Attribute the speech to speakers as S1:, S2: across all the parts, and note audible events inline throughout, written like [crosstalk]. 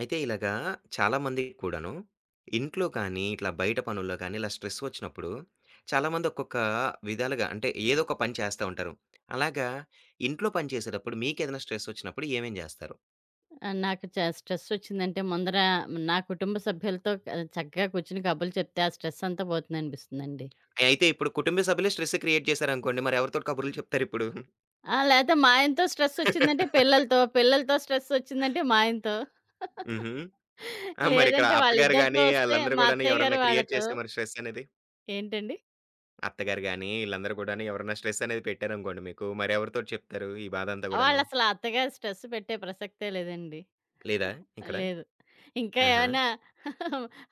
S1: అయితే ఇలాగా చాలామందికి కూడాను, ఇంట్లో కానీ, ఇట్లా బయట పనుల్లో కానీ, ఇలా స్ట్రెస్ వచ్చినప్పుడు చాలామంది ఒక్కొక్క విధాలుగా అంటే ఏదో ఒక పని చేస్తా ఉంటారు. అలాగా ఇంట్లో పని చేసేటప్పుడు మీకేదైనా స్ట్రెస్ వచ్చినప్పుడు ఏమేం జేస్తారు?
S2: నాకు స్ట్రెసొచ్చిందంటే ముందర నా కుటుంబ సభ్యులతో చక్కగా కూర్చొని కబుర్లు చెప్తే ఆ స్ట్రెసంతా పోతుందనిపిస్తుందండి.
S1: అయితే ఇప్పుడు కుటుంబ సభ్యులే స్ట్రెస్ క్రియేట్ చేశారనుకోండి, మరి ఎవరితోటి కబుర్లు చెప్తారిప్పుడు?
S2: ఆ! లేతే మా ఆయనతో స్ట్రెసొచ్చిందంటే పిల్లలతో, పిల్లలతో స్ట్రెసొచ్చిందంటే మా ఆయనతో. [laughs]
S1: హుహు. ఆ! మరిక్కడ
S2: లేదంటే
S1: అత్తగారు
S2: వాళ్ళిద్దరితో
S1: గాని,
S2: వస్తే
S1: ఆళ్ళందరూ
S2: మా
S1: గూడాను
S2: అత్తయ్య గారు
S1: ఎవరన్నా క్రియేట్
S2: వాళ్ళతో.
S1: చేస్తే మరి స్ట్రెస్ అనేది?
S2: ఏంటండి?
S1: అత్తగారు గాని, ఈళ్ళందరూ గూడాను ఎవరన్నా స్ట్రెస్ అనేది పెట్టారనుకోండి మీకు, మరెవరితోటి చెప్తారు ఈ బాధంతా గూడాను?
S2: వాళ్ళసల అంతగా స్ట్రెస్ పెట్టే ప్రసక్తే లేదండి.
S1: లేదా ఇక్కడ?
S2: లేదు. ఇంకా
S1: ఆహా!
S2: ఏమన్నా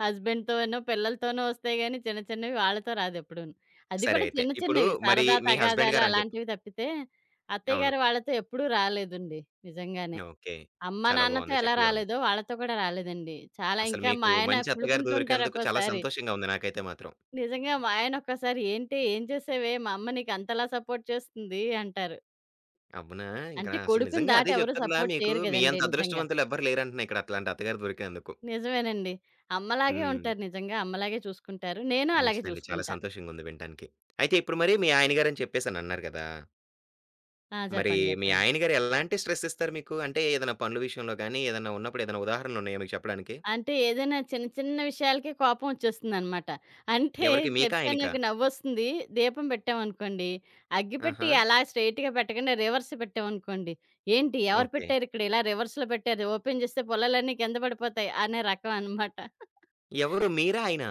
S2: హస్బెండ్‌తోనో, [laughs] పిల్లలతోనో వస్తాయి గానీ చిన్న చిన్నవి వాళ్ళతో రాదెప్పుడూను. అది
S1: సరే
S2: కూడా
S1: అయితే.
S2: చిన్న
S1: ఇప్పుడు
S2: చిన్నవి
S1: మరి
S2: సరదా
S1: మీ హస్బెండ్
S2: తగాదాలు
S1: గారని చెప్పి
S2: అలాంటివి తప్పితే, అత్తయ్య
S1: అవును.
S2: గారు వాళ్ళతో ఎప్పుడూ రాలేదండి నిజంగానే.
S1: ఓకే.
S2: అమ్మ,
S1: చాలా
S2: నాన్నతో
S1: బావుంది.
S2: ఎలా
S1: చక్కగా ఉంది.
S2: రాలేదో వాళ్ళతో కూడా రాలేదండి. చాలా
S1: అసలు
S2: ఇంకా
S1: మీకు
S2: మా ఆయన
S1: మంచి అత్తగారు
S2: కుళ్ళుకుంటుంటారు
S1: దొరికినందుకు చాలా
S2: ఒక్కోసారి.
S1: సంతోషంగా ఉంది నాకైతే మాత్రం.
S2: నిజంగా మా ఆయన ఒక్కోసారి "ఏంటి? ఏం చేసావే? మా అమ్మ నీకు అంతలా సపోర్ట్ చేస్తుంది" అంటారు.
S1: అవునా! ఇంకా
S2: అంటే
S1: అసలు
S2: కొడుకుని
S1: నిజంగా
S2: దాటి
S1: అదే
S2: ఎవరు
S1: చెప్తుర్లా
S2: సపోర్ట్
S1: మీకు
S2: చేయరు
S1: మీ
S2: గదండీ!
S1: అంత
S2: నిజంగా.
S1: అదృష్టవంతులు ఎవ్వరు లేరంటున్నా ఇక్కడ అట్లాంటి అత్తగారు దొరికినందుకు.
S2: నిజమేనండి. అమ్మలాగే
S1: హ్మ్.
S2: ఉంటారు నిజంగా. అమ్మలాగే చూసుకుంటారు. నేను అలాగే
S1: మంచిదండి. చాలా
S2: చూసుకుంటా.
S1: సంతోషంగా ఉంది వినటానికి. అయితే ఇప్పుడు మరి మీ ఆయన గారని చెప్పేసనన్నారు కదా!
S2: ఆ!
S1: మరి
S2: చెప్పండి.
S1: మీ
S2: చెప్పండి.
S1: ఆయన గారు ఎలాంటి స్ట్రెస్ ఇస్తారు మీకు? అంటే ఏదైనా పనుల విషయంలో గాని, ఏదన్నా ఉన్నప్పుడు ఏదైనా ఉదాహరణలున్నాయా మీకు చెప్పడానికి?
S2: అంటే ఏదైనా చిన్న చిన్న విషయాలకే కోపం వచ్చేస్తుందనమాట. అంటే
S1: ఎవరికి మీకా?
S2: చెప్తే
S1: ఆయనకా?
S2: నాకు నవ్వొస్తుంది. దీపం పెట్టామనుకోండి, అగ్గిపెట్టి
S1: ఆహా!
S2: అలా స్ట్రెయిట్‌గా పెట్టకుండా రివర్స్ పెట్టామనుకోండి, "ఏంటి ఎవరు
S1: ఓకే.
S2: పెట్టారిక్కడ ఇలా రివర్స్‌లో పెట్టారు? ఓపెన్ చేస్తే పుల్లలన్నీ కింద పడిపోతాయి" అనే రకం అనమాట.
S1: ఎవరు మీరా? ఆయనా?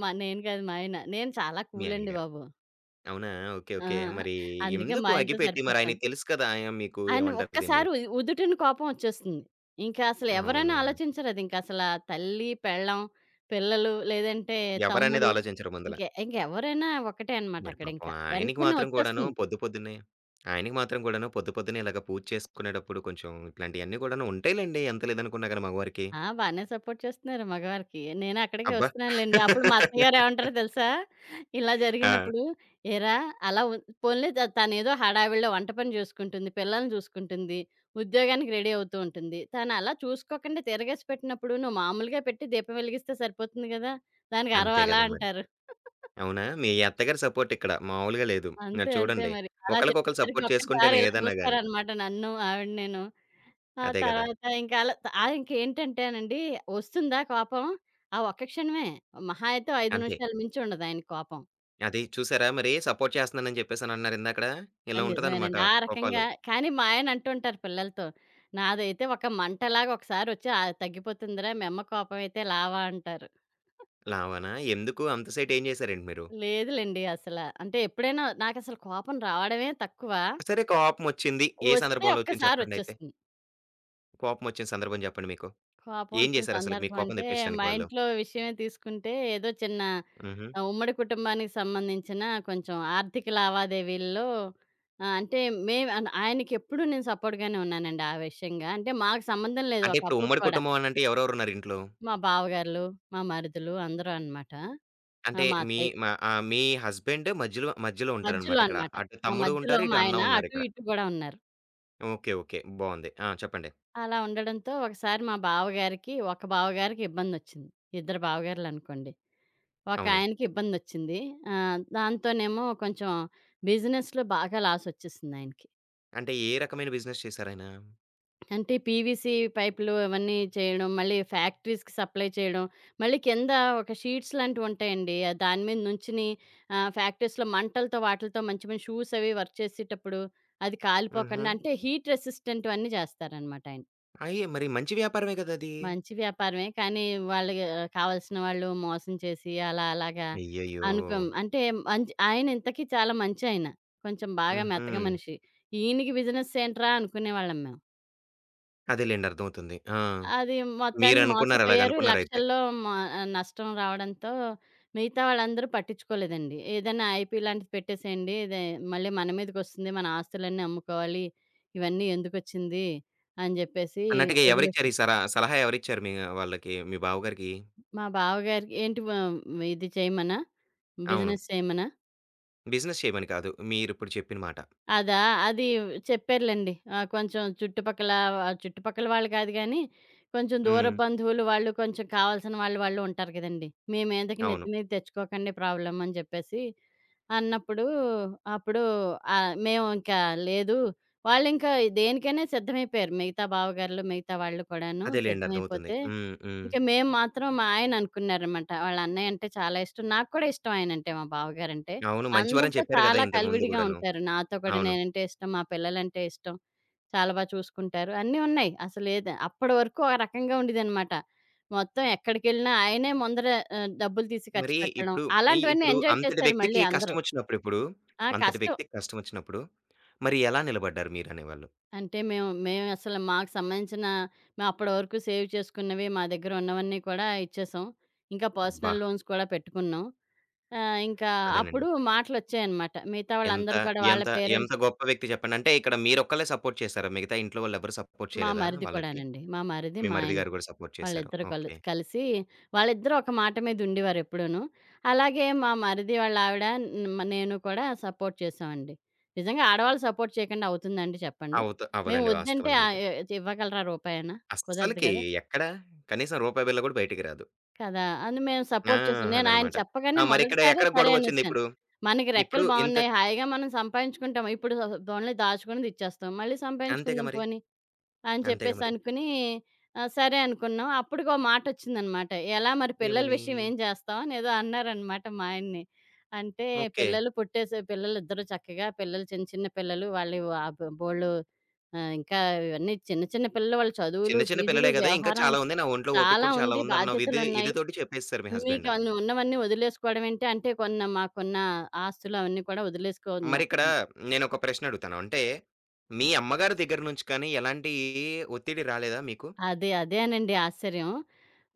S2: మా నేను కాదు మా ఆయన. నేను చాలా
S1: మీ
S2: కూల్
S1: ఆయన
S2: అండి
S1: గారు.
S2: బాబు.
S1: అవునా? ఓకే.
S2: ఆ!
S1: ఓకే. మరి
S2: అందుకే మా
S1: ఎందుకు
S2: ఆయనతో
S1: అగ్గిపెట్టి మరి
S2: సరిపోతాను.
S1: ఆయనకి తెలుసు కదా! ఆయన మీకు
S2: ఆయన
S1: ఏమంటారు దీన్ని?
S2: ఒక్కసారి ఉదుటున కోపం వచ్చేస్తుంది. ఇంకా అసలు ఎవరైనా
S1: అవునా?
S2: ఆలోచించరు అది. ఇంక అసల తల్లి, పెళ్ళాం, పిల్లలు లేదంటే
S1: ఎవరనేది
S2: తమ్ముడు
S1: ఆలోచించరు ముందల.
S2: ఇంక ఇంకెవరైనా ఒకటే అనమాట
S1: మరి
S2: అక్కడ
S1: పాపం
S2: ఇంకా.
S1: ఆయనకి
S2: వెంటనే
S1: మాత్రం కూడాను
S2: వచ్చేస్తుంది.
S1: పొద్దు పొద్దున్నే ఆయనకి మాత్రం కూడాను పొద్దు పొద్దున్నే ఇలాగ పూజ చేసుకునేటప్పుడు కొంచెం ఇట్లాంటియన్నీ కూడాను ఉంటాయిలెండి. ఎంత లేదనుకున్నా గాని మగవారికి.
S2: ఆ! బానే సపోర్ట్ చేస్తున్నారు మగవారికి. నేను అక్కడికే
S1: అబ్బా!
S2: వస్తున్నానులెండి. అప్పుడు మా అత్తయ్యగారు ఏమంటారో తెలుసా? ఇలా
S1: ఆ!
S2: జరిగినప్పుడు, "ఏరా! అలా పోన్లే తనేదో హడావిడిలో వంట పని చూసుకుంటుంది, పిల్లల్ని చూసుకుంటుంది, ఉద్యోగానికి రెడీ అవుతూ ఉంటుంది. తను అలా చూసుకోకుండా తిరగేసి పెట్టినప్పుడు నువ్వు మామూలుగా పెట్టి దీపం వెలిగిస్తే సరిపోతుంది గదా! దానికి
S1: అంతే
S2: అరవాలా?"
S1: గదా! మరి.
S2: అంటారు.
S1: అవునా? మీ అత్తగారి సపోర్ట్ ఇక్కడ మామూలుగా లేదు. మరి
S2: అంతే. అంతే
S1: చూడండి.
S2: మరి. అలా
S1: ఒకళ్ళకొకళ్ళు
S2: చెప్పేసరికి
S1: సపోర్ట్
S2: ఒక్కసారి
S1: చేసుకుంటేనే
S2: ఇలా
S1: ఏదన్నా గాని.
S2: చూస్తారనమాట నన్ను, ఆవిడనేను. ఆ
S1: అదే గదా!
S2: తర్వాత ఇంకా అలా ఇంకేంటంటేనండి వస్తుందా కోపం? ఆ ఒక్క క్షణమే. మహా అయితే 5
S1: అంతే.
S2: నిమిషాలు మించి ఉండదు ఆయన కోపం.
S1: అది చూసారా! మరి సపోర్ట్ చేస్తున్నానని చెప్పేసనన్నారు ఇందాకడ. ఇలా
S2: అది
S1: ఉంటదనమాట
S2: నిజమేనండి. ఆ రకంగా
S1: కోపాలు.
S2: కానీ మా ఆయన అంటుంటారు పిల్లలతో, నాదైతే ఒక మంటలాగా ఒకసారొచ్చి తగ్గిపోతుందిరా మీ అమ్మ కోపం అయితే లావా అంటారు.
S1: లావనా? ఎందుకు అంత సేటు ఏం చేశారండి మీరు?
S2: లేదులెండి అసల. అంటే ఎప్పుడైనా నాకసలు కోపం రావడమే తక్కువ.
S1: సరే కోపమొచ్చింది. ఏ
S2: వస్తే
S1: సందర్భంలో ఒచ్చింది చెప్పండయితే?
S2: ఒక్కసారొచ్చేస్తుంది.
S1: కోపమొచ్చిన సందర్భం చెప్పండి మీకు. ఏం
S2: కోపమొచ్చిన
S1: జేశారసలకి
S2: సందర్భం
S1: మీకు కోపం
S2: అంటే,
S1: తెప్పించడానికి
S2: మా
S1: వాళ్ళు?
S2: ఇంట్లో విషయమే తీసుకుంటే, ఏదో చిన్న
S1: హుహు.
S2: ఉమ్మడి కుటుంబానికి సంబంధించిన కొంచెం ఆర్థిక లావాదేవీల్లో అంటే మేము ఆయనకెప్పుడూ నేను సపోర్ట్‌గానే ఉన్నానండి ఆ విషయంగా. అంటే మాకు సంబంధం లేదు
S1: అంటే
S2: ఒక
S1: ఇప్పుడు
S2: అప్పుకి
S1: ఉమ్మడి
S2: కూడా.
S1: కుటుంబం అనంటే ఎవరెవరున్నారు ఇంట్లో?
S2: మా బావగార్లు, మా మరుదులు అందరూ అనమాట.
S1: అంటే
S2: మా
S1: మీ
S2: అత్తయ్య
S1: మా మీ హస్బెండ్ మధ్యలో మధ్యలో
S2: మధ్యలో
S1: ఉంటారనమాట ఇక్కడ.
S2: అనమాట.
S1: అటు
S2: ఆ!
S1: తమ్ముడు
S2: మధ్యలో
S1: ఉంటారు,
S2: మా
S1: ఇటు
S2: ఆయన
S1: అన్న
S2: అటు
S1: ఉన్నారిక్కడ.
S2: ఇటు గూడా ఉన్నారు.
S1: ఓకే. ఓకే. బావుంది. ఆ! చెప్పండి.
S2: అలా ఉండడంతో ఒకసారి మా బావగారికి, ఒక బావగారికి ఇబ్బందొచ్చింది. ఇద్దరు బావగార్లనుకోండి.
S1: అవును.
S2: ఒకాయనకి ఇబ్బందొచ్చింది. దాంతోనేమో కొంచెం బిజినెస్‌లో బాగా లాసొచ్చేసిందాయనకి.
S1: అంటే ఏ రకమైన బిజినెస్ చేశారాయన?
S2: అంటే పీవీసీ పైపులు అవన్నీ చేయడం, మళ్ళీ ఫ్యాక్టరీస్‌కి సప్లై చేయడం, మళ్ళీ కింద ఒక షీట్స్ లాంటివుంటాయండి. దాని మీద నుంచుని ఫ్యాక్టరీస్‌లో మంటలతో వాటిలతో మంచి మంచి షూస్ అవి వర్క్ చేసేటప్పుడు అది
S1: హుహు.
S2: కాలిపోకుండా అంటే హీట్ రెసిస్టెంట్‌వన్నీ చేస్తారనమాట ఆయన.
S1: అయ్యే! మరి మంచి వ్యాపారమే గదది.
S2: మంచి వ్యాపారమే. కానీ వాళ్ళకి కావాల్సిన వాళ్ళు మోసం చేసి అలా అలాగా
S1: అయ్యయ్యో!
S2: అనుకోం అంటే మంచి ఆయన ఇంతకీ చాలా మంచాయన. కొంచెం బాగా
S1: హుహు.
S2: మెత్తగా మనిషి. ఈయనకి బిజినెస్ ఏంట్రా అనుకునేవాళ్ళం మేము.
S1: అదేలెండి. అర్థమవుతుంది. ఆ!
S2: అది మొత్తానికి
S1: మీరనుకున్నారు
S2: మోసపోయారు.
S1: అలాగనుకున్నారైతే.
S2: లక్షల్లో మ నష్టం రావడంతో మిగతా వాళ్ళందరూ పట్టించుకోలేదండి. ఏదైనా ఐపీ లాంటిది పెట్టేసేయండి. ఇదే మళ్ళీ మన మీదకొస్తుంది. మన ఆస్తులన్నీ అమ్ముకోవాలి. ఇవన్నీ ఎందుకొచ్చింది అని జెప్పేసి
S1: అన్నట్టుగా ఎవరిచ్చారు ఈ
S2: వదిలేసారు.
S1: సరా సలహా ఎవరిచ్చారు మీ వాళ్ళకి? మీ బావగారికి?
S2: మా బావగారికి ఏంటి ఇది చేయమనా?
S1: అవును.
S2: బిజినెస్ చేయమనా?
S1: బిజినెస్ చేయమని కాదు. మీరిప్పుడు చెప్పిన మాట.
S2: అదా? అది చెప్పారులెండి. ఆ! కొంచెం చుట్టుపక్కల చుట్టుపక్కల వాళ్ళు కాదు గానీ, కొంచెం
S1: హ్మ్.
S2: దూరపు బంధువులు వాళ్ళు, కొంచెం కావాల్సిన వాళ్ళు, వాళ్ళు ఉంటారు కదండీ. మీ మీదకి
S1: అవును.
S2: నెత్తి మీద తెచ్చుకోకండి ప్రాబ్లమ్ అని చెప్పేసి అన్నప్పుడు, అప్పుడు మేము ఇంకా లేదు. వాళ్ళింకా దేనికైనా సిద్ధమైపోయారు. మిగతా బావగారులు, మిగతా వాళ్ళు కూడాను
S1: అదేలెండి. అర్థమవుతుంది.
S2: సిద్ధమైపోతే
S1: హ్మ్. హ్మ్.
S2: ఇంక మేము మాత్రం మా ఆయన అనుకున్నారనమాట. వాళ్ళ అన్నయ్య అంటే చాలా ఇష్టం. నాకు కూడా ఇష్టం ఆయనంటే, మా బావగారంటే.
S1: అవును. మంచివారని
S2: అందరితో
S1: చెప్పారు గదా!
S2: చాలా
S1: ఇంతకుముందు
S2: కలివిడిగా
S1: గూడాను.
S2: ఉంటారు. నాతో కూడా
S1: అవును.
S2: నేనంటే ఇష్టం, మా పిల్లలంటే ఇష్టం, చాలా చూసుకుంటారు. అన్నీ ఉన్నాయి. అప్పడి వరకు ఆ రకంగా ఉండేదనమాట. మొత్తం ఎక్కడికెళ్ళినా ఆయనే ముందర డబ్బులు తీసి ఖర్చు
S1: మరి
S2: పెట్టడం.
S1: ఇప్పుడు ఇ
S2: అలాంటివన్నీ
S1: ఇప్పుడు
S2: ఎంజాయ్
S1: అంతటి
S2: చేశారు
S1: వ్యక్తికి
S2: మళ్ళీ అందరూ.
S1: కష్టమొచ్చినప్పుడిప్పుడు
S2: ఆ!
S1: అంతటి
S2: కష్టం.
S1: వ్యక్తికి కష్టమొచ్చినప్పుడు మరి ఎలా నిలబడ్డారు మీరనేవాళ్ళు?
S2: అంటే మేము మేము అసలు మాకు సంబంధించిన మేము అప్పటి వరకు సేవ్ చేసుకున్నవి మా దగ్గర ఉన్నవన్నీ కూడా ఇచ్చేసాం. ఇంకా
S1: అబ్బా!
S2: పర్సనల్ లోన్స్ కూడా పెట్టుకున్నాం. ఇంకా
S1: అదేనండి.
S2: అప్పుడు మాటలొచ్చాయన్నమాట. మిగతా
S1: ఎంత,
S2: వాళ్ళందరూ కూడా వాళ్ళ
S1: ఎంత, ఎంత
S2: పేరెంట్స్
S1: గొప్ప వ్యక్తి చెప్పండి. అంటే ఇక్కడ మీరొక్కళ్ళే సపోర్ట్ చేసారా? మిగతా ఇంట్లో వాళ్ళెవ్వరు సపోర్ట్
S2: మా
S1: చేయలేదా
S2: మరిది
S1: వాళ్ళకి?
S2: కూడానండి. మా మరిది,
S1: మీ
S2: మా
S1: మరిది
S2: ఆయన
S1: గారు గూడా సపోర్ట్ చేసారు.
S2: వాళ్ళిద్దరూ
S1: ఓకే.
S2: కలిసి వాళ్ళిద్దరూ ఒక మాట మీద ఉండేవారెప్పుడూను. అలాగే మా మరిది వాళ్ళ ఆవిడ నేను కూడా సపోర్ట్ చేసామండి. నిజంగా ఆడవాళ్ళు సపోర్ట్ చేయకుండా అవుతుందా అండి చెప్పండి?
S1: అవుతు
S2: మేము
S1: అవ్వదండి
S2: వద్దంటే
S1: వాస్తవంగా అయితే.
S2: ఇవ్వగలరా రూపాయైనా? కుదరదు
S1: అస్సలకి
S2: కదా!
S1: ఎక్కడ కనీసం రూపాయి బిళ్ళ గూడా బయటికి రాదు.
S2: కదా! అని మేము
S1: ఆ!
S2: సపోర్ట్ చేసాం. నేను ఆయన
S1: అదనమాట. ఆ!
S2: చెప్పగానే
S1: మరిక్కడ
S2: మొదటిసారే
S1: ఎక్కడ
S2: సరే అనేసాను.
S1: గొడవొచ్చిందిప్పుడు?
S2: మనకి
S1: ఇప్పుడు
S2: రెక్కలు
S1: ఇప్పుడు ఇంత
S2: బావున్నాయి. హాయిగా మనం సంపాదించుకుంటాం. ఇప్పుడు పోన్లే దాచుకున్నది ఇచ్చేస్తాం. మళ్ళీ
S1: అంతేగా
S2: సంపాదించుకుందాం
S1: మరి.
S2: పోనీ అని
S1: అంతేగా
S2: చెప్పేసి
S1: మరి.
S2: అనుకుని సరే అనుకున్నాం. అప్పుడుకో మాటొచ్చిందనమాట. ఎలా మరి పిల్లల
S1: ఏమని?
S2: విషయం ఏం చేస్తాం అని ఏదో అన్నారనమాట మా ఆయన్ని. అంటే
S1: ఓకే.
S2: పిల్లలు పుట్టేసే పిల్లలిద్దరూ చక్కగా పిల్లలు చిన్న చిన్న పిల్లలు వాళ్ళు ఆ బోలెడు ఇంకా ఇవన్నీ చిన్న చిన్న పిల్లలు వాళ్ళ చదువులు,
S1: చిన్న చిన్న
S2: ఫీజులు,
S1: పిల్లలే గదా! ఇంకా
S2: వ్యవహారం
S1: చాలా ఉంది. నా ఒంట్లో ఓపిక
S2: చాలా
S1: కూడా చాలా
S2: ఉంది.
S1: ఉందన్నావు. ఇది
S2: బాధ్యతలున్నాయి.
S1: ఇది తోటి చెప్పేసారు మీ
S2: మీకు
S1: హస్బెండ్.
S2: అన్ని ఉన్నవన్నీ వదిలేసుకోవడం ఏంటి? అంటే మాకున్న ఆస్తులు అవన్నీ కూడా వదిలేసుకున్నాం.
S1: మరిక్కడ
S2: హ్మ్.
S1: నేనొక ప్రశ్న అడుగుతాను. అంటే, మీ అమ్మగారి దగ్గర నుంచి కానీ ఎలాంటి ఒత్తిడి రాలేదా మీకు?
S2: అదేనండి ఆశ్చర్యం.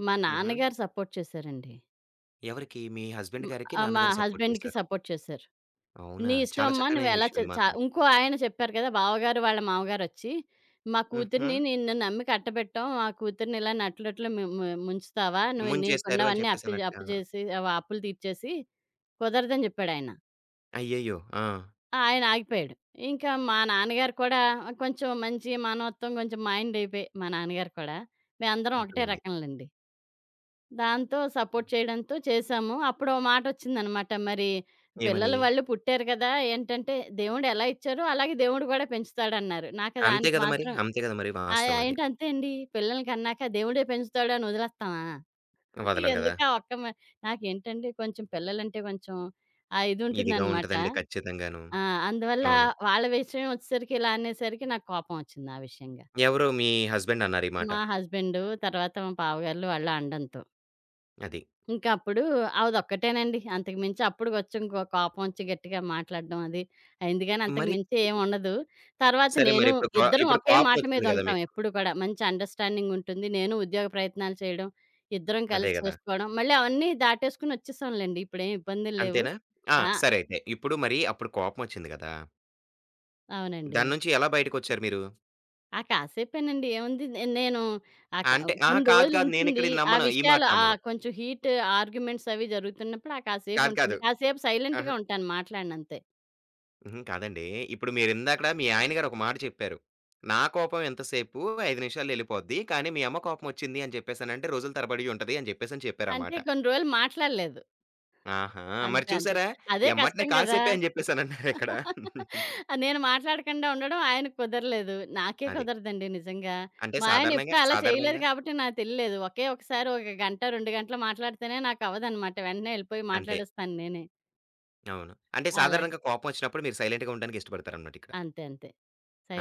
S2: మా
S1: హుహు.
S2: నాన్నగారు సపోర్ట్ చేశారండి.
S1: ఎవరికి? మీ
S2: హ్మ్.
S1: హస్బెండ్ గారికి,
S2: మా
S1: నాన్నగారు సపోర్ట్
S2: హస్బెండ్‌కి
S1: చేశారు.
S2: సపోర్ట్ చేశారు.
S1: అవునా!
S2: "నీ ఇష్టం
S1: చాలా
S2: అమ్మా
S1: చక్కనైన
S2: నువ్వెలా
S1: విషయం
S2: చే"
S1: ఇది మాత్రం.
S2: ఇంకో ఆయన చెప్పారు కదా! బావగారు వాళ్ళ మామగారొచ్చి, "మా
S1: హుహు.
S2: కూతురిని నిన్ను నమ్మి కట్టబెట్టాం. మా కూతురిని ఇలా నట్టలోట్లో ము ము ముంచుతావా? నువ్వు
S1: ముంచేశారు అని
S2: నీకున్నవన్నీ అప్పు
S1: చెప్పేసన్నట్టుగా.
S2: అప్పు చేసి అప్పులు తీర్చేసి కుదరదని" చెప్పాడాయన.
S1: అయ్యయ్యో! ఆ!
S2: ఆయన ఆగిపోయాడు. ఇంకా మా నాన్నగారు కూడా కొంచెం మంచి మానవత్వం కొంచెం మైండ్ అయిపోయి మా నాన్నగారు కూడా. మేమందరం ఒకటే
S1: అర్థమైంది.
S2: రకంలెండి. దాంతో సపోర్ట్ చేయడంతో చేశాము. అప్పుడు ఓ మాటొచ్చిందనమాట. మరి
S1: ఏమని?
S2: పిల్లలు వాళ్ళు పుట్టారు కదా! ఏంటంటే దేవుడు ఎలా ఇచ్చారో అలాగే దేవుడు కూడా పెంచుతాడన్నారు. నాకు
S1: అంతే
S2: దానికి
S1: గదా మరి.
S2: మాత్రం
S1: అంతే గదా మరి. వాస్తవం అది.
S2: ఏంటి అంతే అండి. పిల్లల్ని కన్నాక దేవుడే పెంచుతాడు అని వదిలేస్తామా?
S1: వదలం గదా!
S2: ఎందుకా ఒక్క నాకేంటండి కొంచెం పిల్లలంటే కొంచెం ఆ ఇది
S1: ఇదిగా
S2: ఉంటుందనమాట.
S1: ఉంటదండి ఖచ్చితంగాను.
S2: ఆ! అందువల్ల
S1: అవును.
S2: వాళ్ళ విషయం వచ్చేసరికి ఇలా అనేసరికి నాకు కోపం వచ్చింది ఆ విషయంగా.
S1: ఎవరు? మీ హస్బెండ్ అన్నారు ఈ మాట.
S2: మా హస్బెండు, తర్వాత మా బావగార్లు వాళ్ళు అనడంతో.
S1: అది.
S2: ఇంకా అప్పుడు అదొక్కటేనండి. అంతకు మించి అప్పుడుకొచ్చి ఇంకో కోపం వచ్చి గట్టిగా మాట్లాడడం అది అయింది గానీ అంతకు
S1: మరి
S2: మించి ఏం ఉండదు. తర్వాత
S1: సరే మరి
S2: నేను
S1: ఇప్పుడు కో
S2: ఇద్దరం
S1: ఇప్పుడు
S2: ఒకే మాట మీద
S1: కోపమొచ్చింది గదా
S2: ఉంటాం
S1: మీకు.
S2: ఎప్పుడు కూడా. మంచి అండర్‌స్టాండింగ్ ఉంటుంది. నేను ఉద్యోగ ప్రయత్నాలు చేయడం, ఇద్దరం
S1: అదే
S2: కలిసి
S1: గదా!
S2: చేసుకోవడం. మళ్ళీ అవన్నీ దాటేసుకొని వచ్చేసాంలెండి. ఇప్పుడేం ఇబ్బందులు లేవు.
S1: అంతేనా? ఆ!
S2: ఆ!
S1: సరే అయితే. ఇప్పుడు మరి అప్పుడు కోపమొచ్చింది గదా!
S2: అవునండి.
S1: దాని నుంచి ఎలా బయటకొచ్చారు మీరు?
S2: ఆ! కాసేపేనండి. ఏముంది నేను ఆ క
S1: అంటే అహా!
S2: కొన్ని
S1: కాదు. కాదు. నేనిక్కడ
S2: రోజులుంటుంది.
S1: ఇది
S2: ఆ
S1: నమ్మను. ఈ మాట
S2: విషయాలు
S1: నమ్మను.
S2: కొంచెం హీట్ ఆర్గ్యుమెంట్స్ అవి జరుగుతున్నప్పుడు ఆ
S1: కాదు.
S2: కాసేపుంటుంది.
S1: కాదు.
S2: కాసేపు
S1: అహా!
S2: సైలెంట్‌గా ఉంటాను మాట్లాడనంతే.
S1: హుహు. కాదండి. ఇప్పుడు మీరిందాకడ మీ ఆయన గారు ఒక మాట చెప్పారు. "నా కోపం ఎంతసేపు 5 నిమిషాల్లో ఎళ్ళిపోద్ది. కానీ మీ అమ్మ కోపమొచ్చింది" అని చెప్పేసనంటే రోజుల తరబడి ఉంటది అని చెప్పేసని చెప్పారు ఆ
S2: అంటే
S1: మాట.
S2: కొన్ని రోజులు మాట్లాడలేదు.
S1: ఆహా! మరి
S2: అంతే అంతే.
S1: చూసారా?
S2: అదే
S1: ఎమ్మటనే
S2: కష్టం గదా!
S1: కాసేపే అని చెప్పేసనన్నారిక్కడ.
S2: [laughs] నేను మాట్లాడకుండా ఉండడం ఆయనకు కుదరలేదు. నాకే
S1: అది.
S2: కుదరదండి నిజంగా.
S1: అంటే
S2: మా ఆయన ఎప్పుడూ
S1: సాధారణంగా
S2: అలా చేయలేదు
S1: సాధారణంగా
S2: కాబట్టి నాకు తెలీలేదు. ఒకే ఒకసారి ఒక గంట, 2 గంటలు మాట్లాడితేనే నాకవ్వదనమాట. వెంటనే ఎళ్ళిపోయి
S1: అంతే.
S2: మాట్లాడేస్తాను నేనే.
S1: అవును. అంటే
S2: అలాగ.
S1: సాధారణంగా కోపమొచ్చినప్పుడు మీరు సైలెంట్‌గా ఉండడానికి ఇష్టపడతారనమాటిక్కడ.
S2: అంతే అంతే.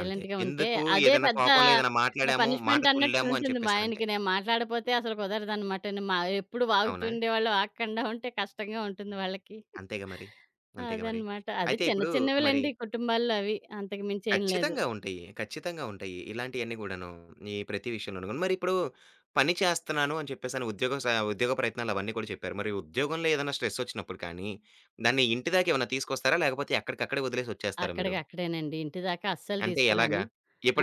S1: అంతే.
S2: ఉంటే,
S1: ఎందుకు
S2: అదే
S1: ఏదైనా
S2: పెద్ద
S1: కోపంలో ఏదైనా మాట్లాడాము, మాట
S2: పనిష్మెంట్
S1: తుల్లాము అని
S2: అన్నట్లుంటుంది మా
S1: చెప్పేసనంటే
S2: ఆయనకి. నేను మాట్లాడపోతే అసలు కుదరదనమాట. నే మా ఎప్పుడు వాగుతూ
S1: అవునా?
S2: ఉండేవాళ్ళు, వాగకుండా ఉంటే కష్టంగా ఉంటుంది వాళ్ళకి.
S1: అంతేగా మరి. అంతేగా మరి.
S2: అదనమాట. అది
S1: అయితే
S2: చిన్న
S1: ఇప్పుడు మరి
S2: చిన్నవిలెండి కుటుంబాల్లో అవి. అంతకు మించేం లేదు.
S1: ఖచ్చితంగా ఉంటాయి. ఖచ్చితంగా ఉంటాయి. ఇలాంటియన్నీ గూడాను. ఈ ప్రతి విషయంలోను గూను. మరిప్పుడు పని చేస్తున్నాను అని చెప్పేసని ఉద్యోగ ప్రయత్నాలు అవన్నీ కూడా చెప్పారు. మరి ఉద్యోగంలో ఏదైనా స్ట్రెస్సొచ్చినప్పుడు కానీ, దాన్ని ఇంటి దాకా ఏమన్నా తీసుకొస్తారా? లేకపోతే ఎక్కడికక్కడే వదిలేసొచ్చేస్తారా మీరు?
S2: అక్కడికక్కడేనండి. ఇంటి దాకా అస్సలు
S1: అంటే ఎలాగా?
S2: తీసుకురాను.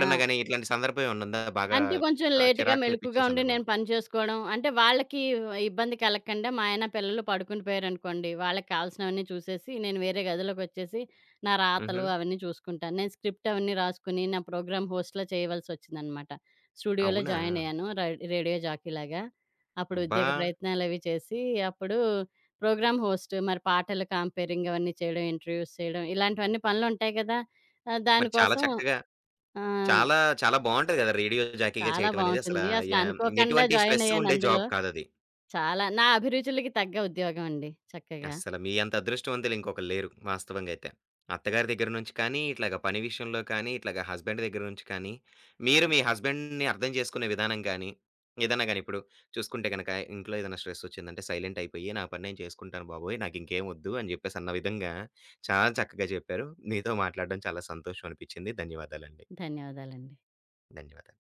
S2: ఆ!
S1: గాని ఇట్లాంటి సందర్భం ఏమన్నా ఉందా? బాగా
S2: అంటే కొంచెం లేట్‌గా
S1: చిరాకు
S2: మెలుకువగా
S1: తెప్పించిన
S2: ఉండి
S1: సందర్భాలు?
S2: నేను పని చేసుకోవడం. అంటే వాళ్ళకి ఇబ్బంది కలగకుండా మా ఆయన పిల్లలు పడుకుని పోయారనుకోండి, వాళ్ళకి కావాల్సినవన్నీ చూసేసి నేను వేరే గదిలోకొచ్చేసి నా రాతలు
S1: హుహు.
S2: అవన్నీ చూసుకుంటాను. నేను స్క్రిప్ట్ అవన్నీ రాసుకుని నా ప్రోగ్రామ్ హోస్ట్‌లా చేయవలసొచ్చిందనమాట. స్టూడియోలో
S1: అవునా?
S2: జాయిన్ అయ్యాను రేడియో జాకీలాగా. అప్పుడు
S1: అబ్బా!
S2: ఉద్యోగ ప్రయత్నాలవి చేసి అప్పుడు ప్రోగ్రామ్ హోస్ట్ మరి పాటలు కంపేరింగ్ అవన్నీ చేయడం, ఇంటర్వ్యూస్ చేయడం ఇలాంటివన్నీ పనులుంటాయి కదా!
S1: మరి చాలా
S2: దానికోసం
S1: చక్కగా
S2: ఆ!
S1: చాలా, చాలా బావుంటది గదా! రేడియో జాకీగా
S2: చాలా
S1: చేయటం అనేది అసల
S2: బావుంటుంది. అసలు
S1: య
S2: అనుకోకుండా
S1: ఎటువంటి
S2: జాయిన్
S1: స్ట్రెస్
S2: అయ్యాను
S1: ఉండే
S2: అందులో.
S1: జాబ్ కాదది.
S2: చాలా నా అభిరుచులకి తగ్గ ఉద్యోగం అండి. చక్కగా.
S1: అస్సల మీ అంత అదృష్టవంతులు ఇంకొకళ్ళు లేరు వాస్తవంగా అయితే. అత్తగారి దగ్గర నుంచి కానీ, ఇట్లాగ పని విషయంలో కానీ, ఇట్లాగ హస్బెండ్ దగ్గర నుంచి కానీ, మీరు మీ హస్బెండ్‌ని అర్థం చేసుకునే విధానం గానీ, ఏదన్నా గానీ ఇప్పుడు చూసుకుంటే గనక ఇంట్లో ఏదైనా స్ట్రెస్ వచ్చిందంటే సైలెంట్ అయిపోయి, "నా పని నేను చేసుకుంటాను బాబోయ్! నాకింకేం వద్దు" అని జెప్పేసి అన్న విధంగా చాలా చక్కగా చెప్పారు. మీతో మాట్లాడడం చాలా సంతోషం అనిపిచ్చింది. ధన్యవాదాలండి.
S2: ధన్యవాదాలండి.
S1: ధన్యవాదాలు.